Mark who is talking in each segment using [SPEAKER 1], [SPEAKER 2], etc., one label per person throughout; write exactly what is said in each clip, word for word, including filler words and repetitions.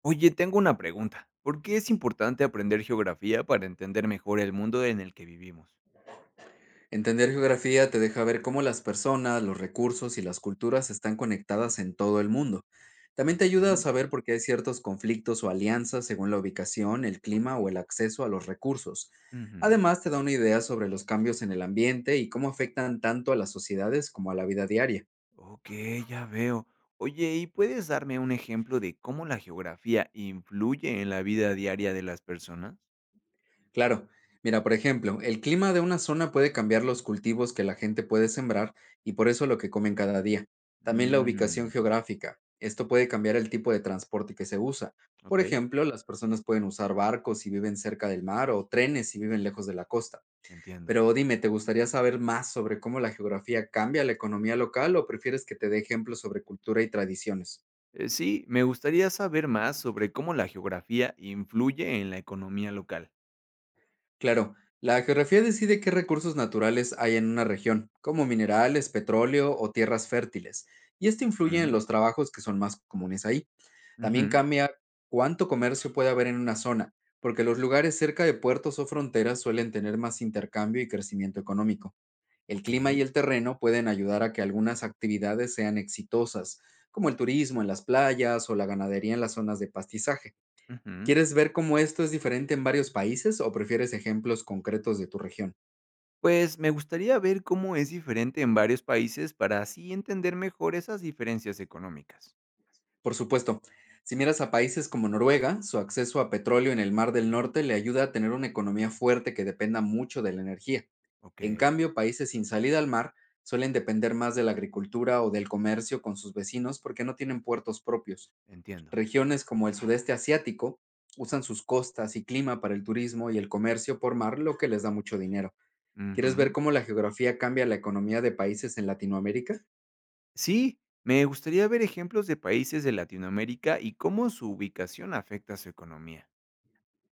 [SPEAKER 1] Oye, tengo una pregunta. ¿Por qué es importante aprender geografía para entender mejor el mundo en el que vivimos?
[SPEAKER 2] Entender geografía te deja ver cómo las personas, los recursos y las culturas están conectadas en todo el mundo. También te ayuda a
[SPEAKER 1] Ujú.
[SPEAKER 2] saber por qué hay ciertos conflictos o alianzas según la ubicación, el
[SPEAKER 1] Ok.
[SPEAKER 2] clima o el acceso a los recursos.
[SPEAKER 1] Ujú.
[SPEAKER 2] Además, te da una idea sobre los cambios en el ambiente y cómo afectan tanto a las sociedades como a la vida diaria.
[SPEAKER 1] Ok, ya veo. Oye, ¿y puedes darme un ejemplo de cómo la geografía influye en la vida diaria de las personas?
[SPEAKER 2] Claro, mira, por ejemplo, el clima de una zona puede cambiar los cultivos que la gente puede sembrar y por eso lo que comen cada día. También la ubicación
[SPEAKER 1] Mm,
[SPEAKER 2] geográfica. Esto puede cambiar el tipo de transporte que se usa. Por
[SPEAKER 1] ok,
[SPEAKER 2] ejemplo, las personas pueden usar barcos si viven cerca del mar o trenes si viven lejos de la costa.
[SPEAKER 1] entiendo.
[SPEAKER 2] Pero dime, ¿te gustaría saber más sobre cómo la geografía cambia la economía local o prefieres que te dé ejemplos sobre cultura y tradiciones?
[SPEAKER 1] Eh, sí, me gustaría saber más sobre cómo la geografía influye en la economía local.
[SPEAKER 2] Claro, la geografía decide qué recursos naturales hay en una región, como minerales, petróleo o tierras fértiles, y esto influye en
[SPEAKER 1] Ujú,
[SPEAKER 2] los trabajos que son más comunes ahí. También
[SPEAKER 1] ujú.
[SPEAKER 2] cambia cuánto comercio puede haber en una zona, porque los lugares cerca de puertos o fronteras suelen tener más intercambio y crecimiento económico. El
[SPEAKER 1] Ok.
[SPEAKER 2] clima y el terreno pueden ayudar a que algunas actividades sean exitosas, como el turismo en las playas o la ganadería en las zonas de pastizaje.
[SPEAKER 1] Ujú.
[SPEAKER 2] ¿Quieres ver cómo esto es diferente en varios países o prefieres ejemplos concretos de tu región?
[SPEAKER 1] Pues me gustaría ver cómo es diferente en varios países para así entender mejor esas diferencias económicas.
[SPEAKER 2] Por supuesto, si miras a países como Noruega, su acceso a petróleo en el Mar del Norte le ayuda a tener una economía fuerte que dependa mucho de la energía.
[SPEAKER 1] Ok,
[SPEAKER 2] En cambio, países sin salida al mar suelen depender más de la agricultura o del comercio con sus vecinos porque no tienen puertos propios.
[SPEAKER 1] entiendo.
[SPEAKER 2] Regiones como el sudeste asiático usan sus costas y clima para el turismo y el comercio por mar, lo que les da mucho dinero. ¿Quieres ver
[SPEAKER 1] Ujú.
[SPEAKER 2] cómo la geografía cambia la economía de países en Latinoamérica?
[SPEAKER 1] Sí, me gustaría ver ejemplos de países de Latinoamérica y cómo su ubicación afecta a su economía.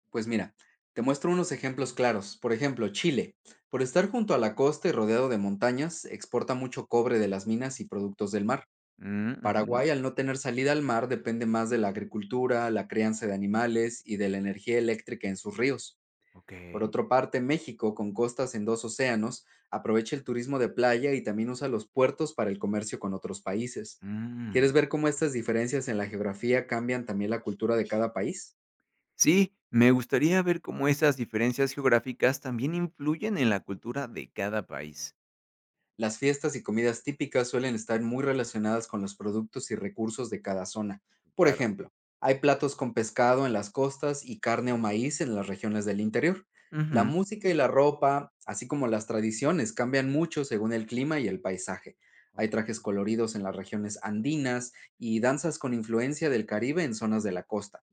[SPEAKER 2] Pues mira, te muestro unos ejemplos claros. Por ejemplo, Chile, por estar junto a la costa y rodeado de montañas, exporta mucho cobre de las minas y productos del mar.
[SPEAKER 1] Mm, ujú.
[SPEAKER 2] Paraguay, al no tener salida al mar, depende más de la agricultura, la crianza de animales y de la energía eléctrica en sus ríos.
[SPEAKER 1] Ok.
[SPEAKER 2] Por otra parte, México, con costas en dos océanos, aprovecha el turismo de playa y también usa los puertos para el comercio con otros países.
[SPEAKER 1] Mm.
[SPEAKER 2] ¿Quieres ver cómo estas diferencias en la geografía cambian también la cultura de cada país?
[SPEAKER 1] Sí, me gustaría ver cómo esas diferencias geográficas también influyen en la cultura de cada país.
[SPEAKER 2] Las fiestas y comidas típicas suelen estar muy relacionadas con los productos y recursos de cada zona. Por
[SPEAKER 1] Claro.
[SPEAKER 2] ejemplo, hay platos con pescado en las costas y carne o maíz en las regiones del interior. La
[SPEAKER 1] Ujú.
[SPEAKER 2] música y la ropa, así como las tradiciones, cambian mucho según el clima y el paisaje. Hay
[SPEAKER 1] Ok.
[SPEAKER 2] trajes coloridos en las regiones andinas y danzas con influencia del Caribe en zonas de la costa.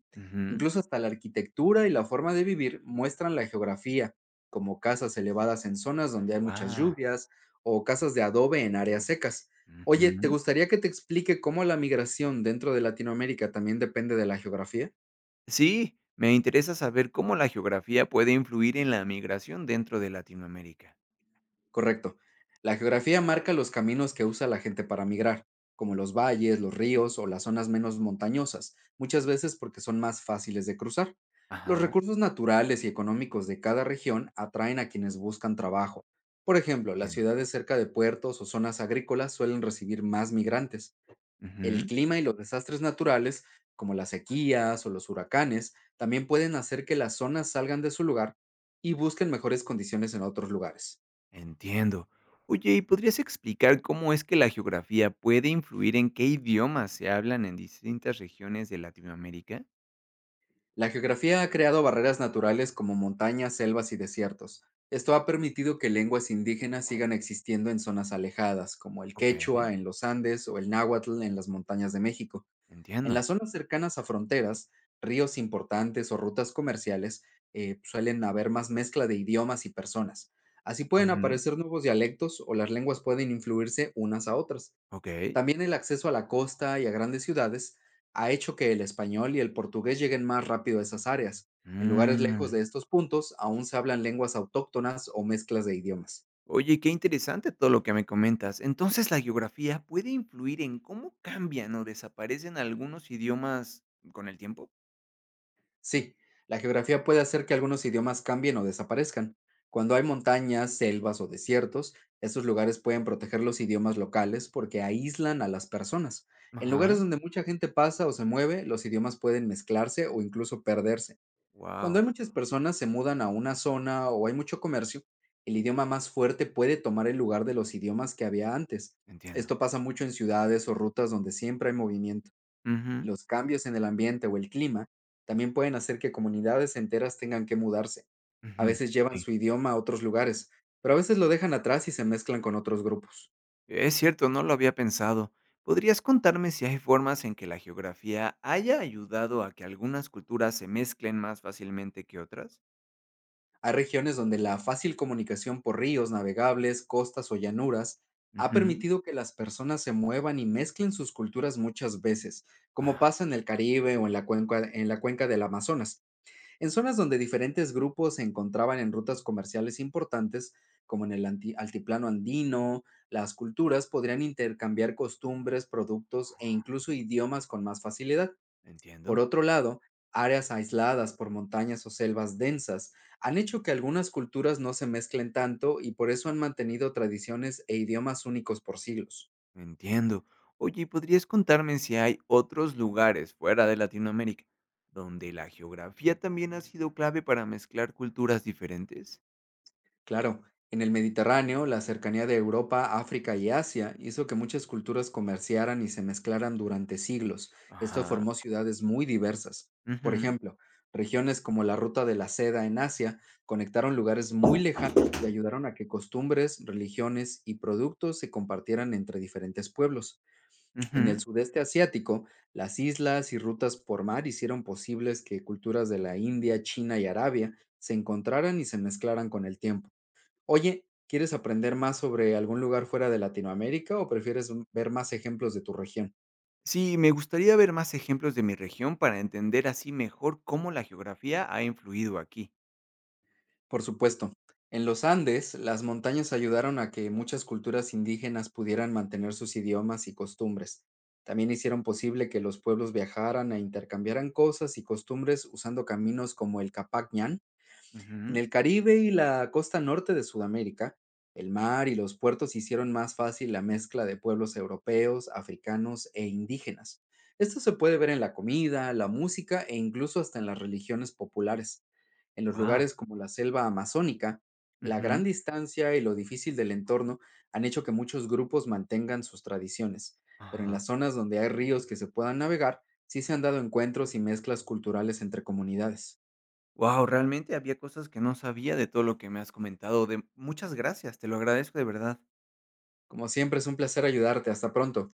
[SPEAKER 2] Incluso hasta la arquitectura y la forma de vivir muestran la geografía, como casas elevadas en zonas donde hay muchas
[SPEAKER 1] Wow.
[SPEAKER 2] lluvias o casas de adobe en áreas secas. Oye, ¿te gustaría que te explique cómo la migración dentro de Latinoamérica también depende de la geografía?
[SPEAKER 1] Sí, me interesa saber cómo la geografía puede influir en la migración dentro de Latinoamérica.
[SPEAKER 2] Correcto. La geografía marca los caminos que usa la gente para migrar, como los valles, los ríos o las zonas menos montañosas, muchas veces porque son más fáciles de cruzar. Los
[SPEAKER 1] Ajá,
[SPEAKER 2] recursos naturales y económicos de cada región atraen a quienes buscan trabajo. Por ejemplo, las
[SPEAKER 1] entiendo.
[SPEAKER 2] ciudades cerca de puertos o zonas agrícolas suelen recibir más migrantes. El
[SPEAKER 1] Ujú.
[SPEAKER 2] clima y los desastres naturales, como las sequías o los huracanes, también pueden hacer que las zonas salgan de su lugar y busquen mejores condiciones en otros lugares.
[SPEAKER 1] Entiendo. Oye, ¿y podrías explicar cómo es que la geografía puede influir en qué idiomas se hablan en distintas regiones de Latinoamérica?
[SPEAKER 2] La geografía ha creado barreras naturales como montañas, selvas y desiertos. Esto ha permitido que lenguas indígenas sigan existiendo en zonas alejadas, como el
[SPEAKER 1] Ok,
[SPEAKER 2] quechua en los Andes o el náhuatl en las montañas de México. En
[SPEAKER 1] entiendo.
[SPEAKER 2] las zonas cercanas a fronteras, ríos importantes o rutas comerciales, eh, suelen haber más mezcla de idiomas y personas. Así pueden
[SPEAKER 1] Ujú.
[SPEAKER 2] aparecer nuevos dialectos o las lenguas pueden influirse unas a otras.
[SPEAKER 1] Ok.
[SPEAKER 2] También el acceso a la costa y a grandes ciudades ha hecho que el español y el portugués lleguen más rápido a esas áreas. En lugares lejos
[SPEAKER 1] Mm.
[SPEAKER 2] de estos puntos aún se hablan lenguas autóctonas o mezclas de idiomas.
[SPEAKER 1] Oye, qué interesante todo lo que me comentas. Entonces, la geografía puede influir en cómo cambian o desaparecen algunos idiomas con el tiempo.
[SPEAKER 2] Sí, la geografía puede hacer que algunos idiomas cambien o desaparezcan. Cuando hay montañas, selvas o desiertos, esos lugares pueden proteger los idiomas locales porque aíslan a las personas. En lugares
[SPEAKER 1] Ajá.
[SPEAKER 2] donde mucha gente pasa o se mueve, los idiomas pueden mezclarse o incluso perderse. Cuando
[SPEAKER 1] Wow,
[SPEAKER 2] hay muchas personas se mudan a una zona o hay mucho comercio, el idioma más fuerte puede tomar el lugar de los idiomas que había antes.
[SPEAKER 1] entiendo.
[SPEAKER 2] Esto pasa mucho en ciudades o rutas donde siempre hay movimiento.
[SPEAKER 1] Ujú,
[SPEAKER 2] Los cambios en el ambiente o el clima también pueden hacer que comunidades enteras tengan que mudarse. A
[SPEAKER 1] ujú,
[SPEAKER 2] veces llevan
[SPEAKER 1] sí.
[SPEAKER 2] su idioma a otros lugares, pero a veces lo dejan atrás y se mezclan con otros grupos.
[SPEAKER 1] Es cierto, no lo había pensado. ¿Podrías contarme si hay formas en que la geografía haya ayudado a que algunas culturas se mezclen más fácilmente que otras?
[SPEAKER 2] Hay regiones donde la fácil comunicación por ríos navegables, costas o llanuras ha
[SPEAKER 1] Ujú.
[SPEAKER 2] permitido que las personas se muevan y mezclen sus culturas muchas veces, como
[SPEAKER 1] Ah,
[SPEAKER 2] pasa en el Caribe o en la cuenca, en la cuenca del Amazonas, en zonas donde diferentes grupos se encontraban en rutas comerciales importantes, como en el anti- altiplano andino, las culturas podrían intercambiar costumbres, productos e incluso idiomas con más facilidad. Por
[SPEAKER 1] entiendo,
[SPEAKER 2] otro lado, áreas aisladas por montañas o selvas densas han hecho que algunas culturas no se mezclen tanto y por eso han mantenido tradiciones e idiomas únicos por siglos.
[SPEAKER 1] entiendo. Oye, ¿y ¿podrías contarme si hay otros lugares fuera de Latinoamérica donde la geografía también ha sido clave para mezclar culturas diferentes?
[SPEAKER 2] Claro, en el Mediterráneo, la cercanía de Europa, África y Asia hizo que muchas culturas comerciaran y se mezclaran durante siglos. Esto
[SPEAKER 1] Ajá.
[SPEAKER 2] formó ciudades muy diversas. Por
[SPEAKER 1] Ujú,
[SPEAKER 2] ejemplo, regiones como la Ruta de la Seda en Asia conectaron lugares muy lejanos y ayudaron a que costumbres, religiones y productos se compartieran entre diferentes pueblos. En el
[SPEAKER 1] ujú.
[SPEAKER 2] sudeste asiático, las islas y rutas por mar hicieron posibles que culturas de la India, China y Arabia se encontraran y se mezclaran con el tiempo. Oye, ¿quieres aprender más sobre algún lugar fuera de Latinoamérica o prefieres m- ver más ejemplos de tu región?
[SPEAKER 1] Sí, me gustaría ver más ejemplos de mi región para entender así mejor cómo la geografía ha influido aquí.
[SPEAKER 2] Por supuesto, en los Andes, las montañas ayudaron a que muchas culturas indígenas pudieran mantener sus idiomas y costumbres. También hicieron posible que los pueblos viajaran e intercambiaran cosas y costumbres usando caminos como el Capac. En el Caribe y la costa norte de Sudamérica, el mar y los puertos hicieron más fácil la mezcla de pueblos europeos, africanos e indígenas. Esto se puede ver en la comida, la música e incluso hasta en las religiones populares. En los
[SPEAKER 1] Wow.
[SPEAKER 2] lugares como la selva amazónica, la gran distancia y lo difícil del entorno han hecho que muchos grupos mantengan sus tradiciones, pero en las zonas donde hay ríos que se puedan navegar, sí se han dado encuentros y mezclas culturales entre comunidades.
[SPEAKER 1] Wow, realmente había cosas que no sabía de todo lo que me has comentado. De muchas gracias, te lo agradezco de verdad.
[SPEAKER 2] Como siempre, es un placer ayudarte. Hasta pronto.